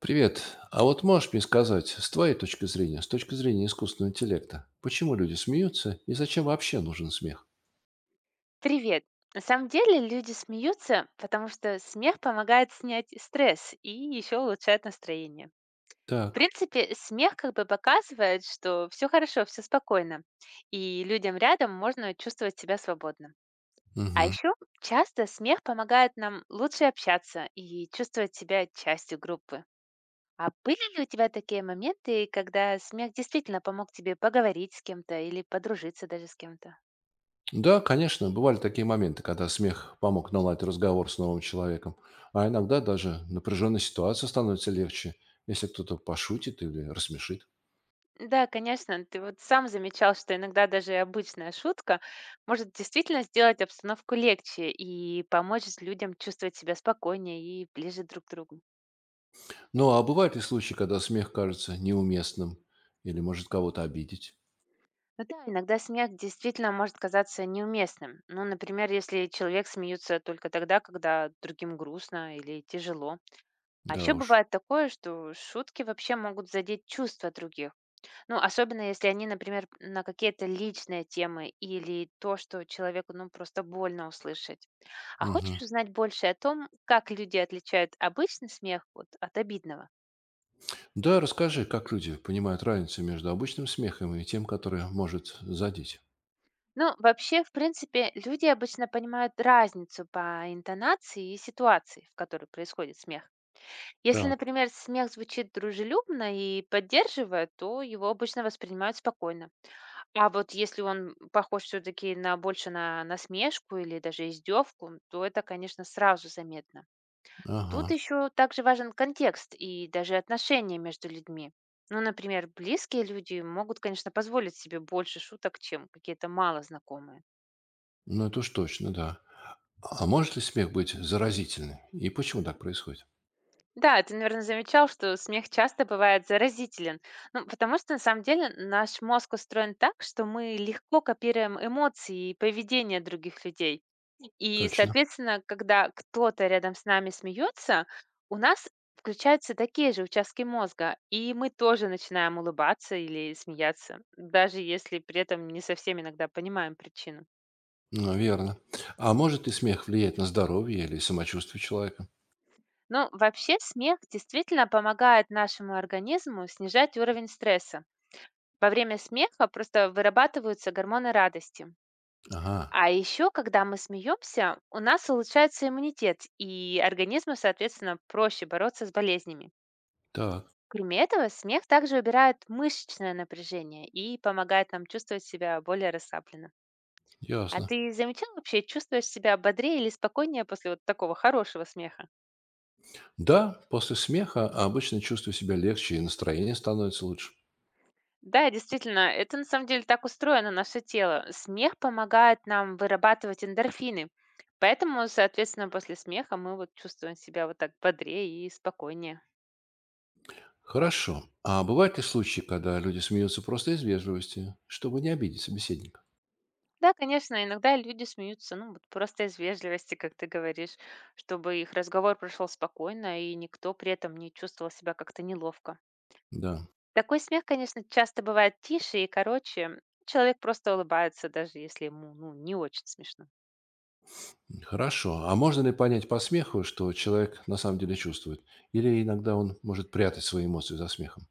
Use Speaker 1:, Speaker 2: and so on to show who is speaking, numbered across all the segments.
Speaker 1: Привет. А вот можешь мне сказать, с твоей точки зрения, с точки зрения искусственного интеллекта, почему люди смеются и зачем вообще нужен смех?
Speaker 2: Привет! На самом деле люди смеются, потому что смех помогает снять стресс и еще улучшает настроение. В
Speaker 1: Так,
Speaker 2: принципе, смех как бы показывает, что все хорошо, все спокойно, и людям рядом можно чувствовать себя свободно. А
Speaker 1: мгм.
Speaker 2: еще часто смех помогает нам лучше общаться и чувствовать себя частью группы. А были ли у тебя такие моменты, когда смех действительно помог тебе поговорить с кем-то или подружиться даже с кем-то?
Speaker 1: Да, конечно, бывали такие моменты, когда смех помог наладить разговор с новым человеком. А иногда даже напряженная ситуация становится легче, если кто-то пошутит или рассмешит.
Speaker 2: Да, конечно, ты вот сам замечал, что иногда даже и обычная шутка может действительно сделать обстановку легче и помочь людям чувствовать себя спокойнее и ближе друг к другу.
Speaker 1: Ну, а бывают ли случаи, когда смех кажется неуместным или может кого-то обидеть?
Speaker 2: Ну да, иногда смех действительно может казаться неуместным. Ну, например, если человек смеется только тогда, когда другим грустно или тяжело. А
Speaker 1: Да
Speaker 2: еще
Speaker 1: уж.
Speaker 2: бывает такое, что шутки вообще могут задеть чувства других. Ну, особенно если они, например, на какие-то личные темы или то, что человеку, ну, просто больно услышать. А хочешь
Speaker 1: Мгм.
Speaker 2: узнать больше о том, как люди отличают обычный смех вот, от обидного?
Speaker 1: Да, расскажи, как люди понимают разницу между обычным смехом и тем, который может задеть.
Speaker 2: Ну, вообще, в принципе, люди обычно понимают разницу по интонации и ситуации, в которой происходит смех. Если,
Speaker 1: Так.
Speaker 2: например, смех звучит дружелюбно и поддерживая, то его обычно воспринимают спокойно. А вот если он похож все-таки на больше на насмешку или даже издевку, то это, конечно, сразу заметно. Тут
Speaker 1: Ага,
Speaker 2: еще также важен контекст и даже отношения между людьми. Ну, например, близкие люди могут, конечно, позволить себе больше шуток, чем какие-то мало знакомые.
Speaker 1: ну это уж точно, да. А может ли смех быть заразительным? И почему так происходит?
Speaker 2: Да, ты, наверное, замечал, что смех часто бывает заразителен. Ну, потому что, на самом деле, наш мозг устроен так, что мы легко копируем эмоции и поведение других людей. И,
Speaker 1: Точно.
Speaker 2: соответственно, когда кто-то рядом с нами смеется, у нас включаются такие же участки мозга, и мы тоже начинаем улыбаться или смеяться, даже если при этом не совсем иногда понимаем причину.
Speaker 1: Ну, верно. А может ли смех влиять на здоровье или самочувствие человека?
Speaker 2: Но вообще смех действительно помогает нашему организму снижать уровень стресса. Во время смеха просто вырабатываются гормоны радости.
Speaker 1: Ага,
Speaker 2: А еще, когда мы смеемся, у нас улучшается иммунитет, и организму, соответственно, проще бороться с болезнями.
Speaker 1: так,
Speaker 2: Кроме этого, смех также убирает мышечное напряжение и помогает нам чувствовать себя более расслабленно. А
Speaker 1: ясно.
Speaker 2: ты замечал вообще, чувствуешь себя бодрее или спокойнее после вот такого хорошего смеха?
Speaker 1: Да, после смеха обычно чувствую себя легче и настроение становится лучше.
Speaker 2: Да, действительно, это на самом деле так устроено наше тело. Смех помогает нам вырабатывать эндорфины. Поэтому, соответственно, после смеха мы вот чувствуем себя вот так бодрее и спокойнее.
Speaker 1: Хорошо. А бывают ли случаи, когда люди смеются просто из вежливости, чтобы не обидеть собеседника?
Speaker 2: Да, конечно, иногда люди смеются, ну, вот просто из вежливости, как ты говоришь, чтобы их разговор прошел спокойно, и никто при этом не чувствовал себя как-то неловко.
Speaker 1: Да.
Speaker 2: Такой смех, конечно, часто бывает тише и короче. Человек просто улыбается, даже если ему, ну, не очень смешно.
Speaker 1: Хорошо. А можно ли понять по смеху, что человек на самом деле чувствует? Или иногда он может прятать свои эмоции за смехом?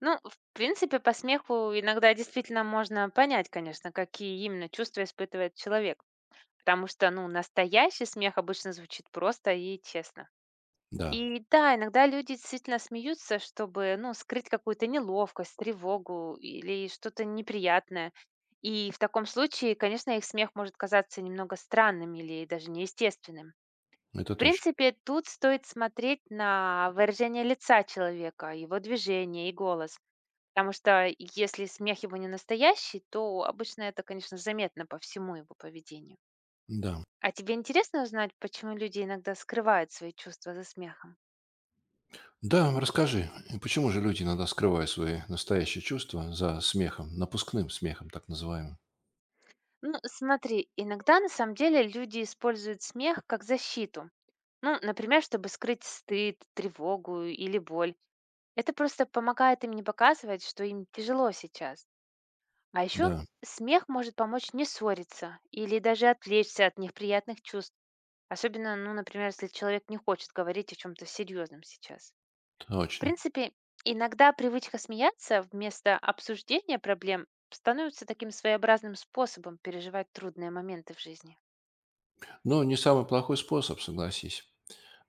Speaker 2: Ну, в принципе, по смеху иногда действительно можно понять, конечно, какие именно чувства испытывает человек. Потому что, ну, настоящий смех обычно звучит просто и честно.
Speaker 1: Да,
Speaker 2: И да, иногда люди действительно смеются, чтобы, ну, скрыть какую-то неловкость, тревогу или что-то неприятное. И в таком случае, конечно, их смех может казаться немного странным или даже неестественным.
Speaker 1: это
Speaker 2: В
Speaker 1: точно.
Speaker 2: принципе, тут стоит смотреть на выражение лица человека, его движение и голос. Потому что если смех его не настоящий, то обычно это, конечно, заметно по всему его поведению.
Speaker 1: Да.
Speaker 2: А тебе интересно узнать, почему люди иногда скрывают свои чувства за смехом?
Speaker 1: Да, расскажи, и почему же люди иногда скрывают свои настоящие чувства за смехом, напускным смехом, так называемым?
Speaker 2: Ну, смотри, иногда на самом деле люди используют смех как защиту. Ну, например, чтобы скрыть стыд, тревогу или боль. Это просто помогает им не показывать, что им тяжело сейчас. А еще
Speaker 1: Да,
Speaker 2: смех может помочь не ссориться или даже отвлечься от неприятных чувств. Особенно, ну, например, если человек не хочет говорить о чем-то серьезном сейчас. В
Speaker 1: точно.
Speaker 2: принципе, иногда привычка смеяться вместо обсуждения проблем становится таким своеобразным способом переживать трудные моменты в жизни.
Speaker 1: Но не самый плохой способ, согласись.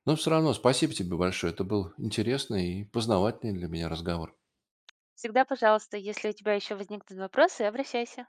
Speaker 1: Но все равно спасибо тебе большое. Это был интересный и познавательный для меня разговор.
Speaker 2: Всегда пожалуйста, если у тебя еще возникнут вопросы, обращайся.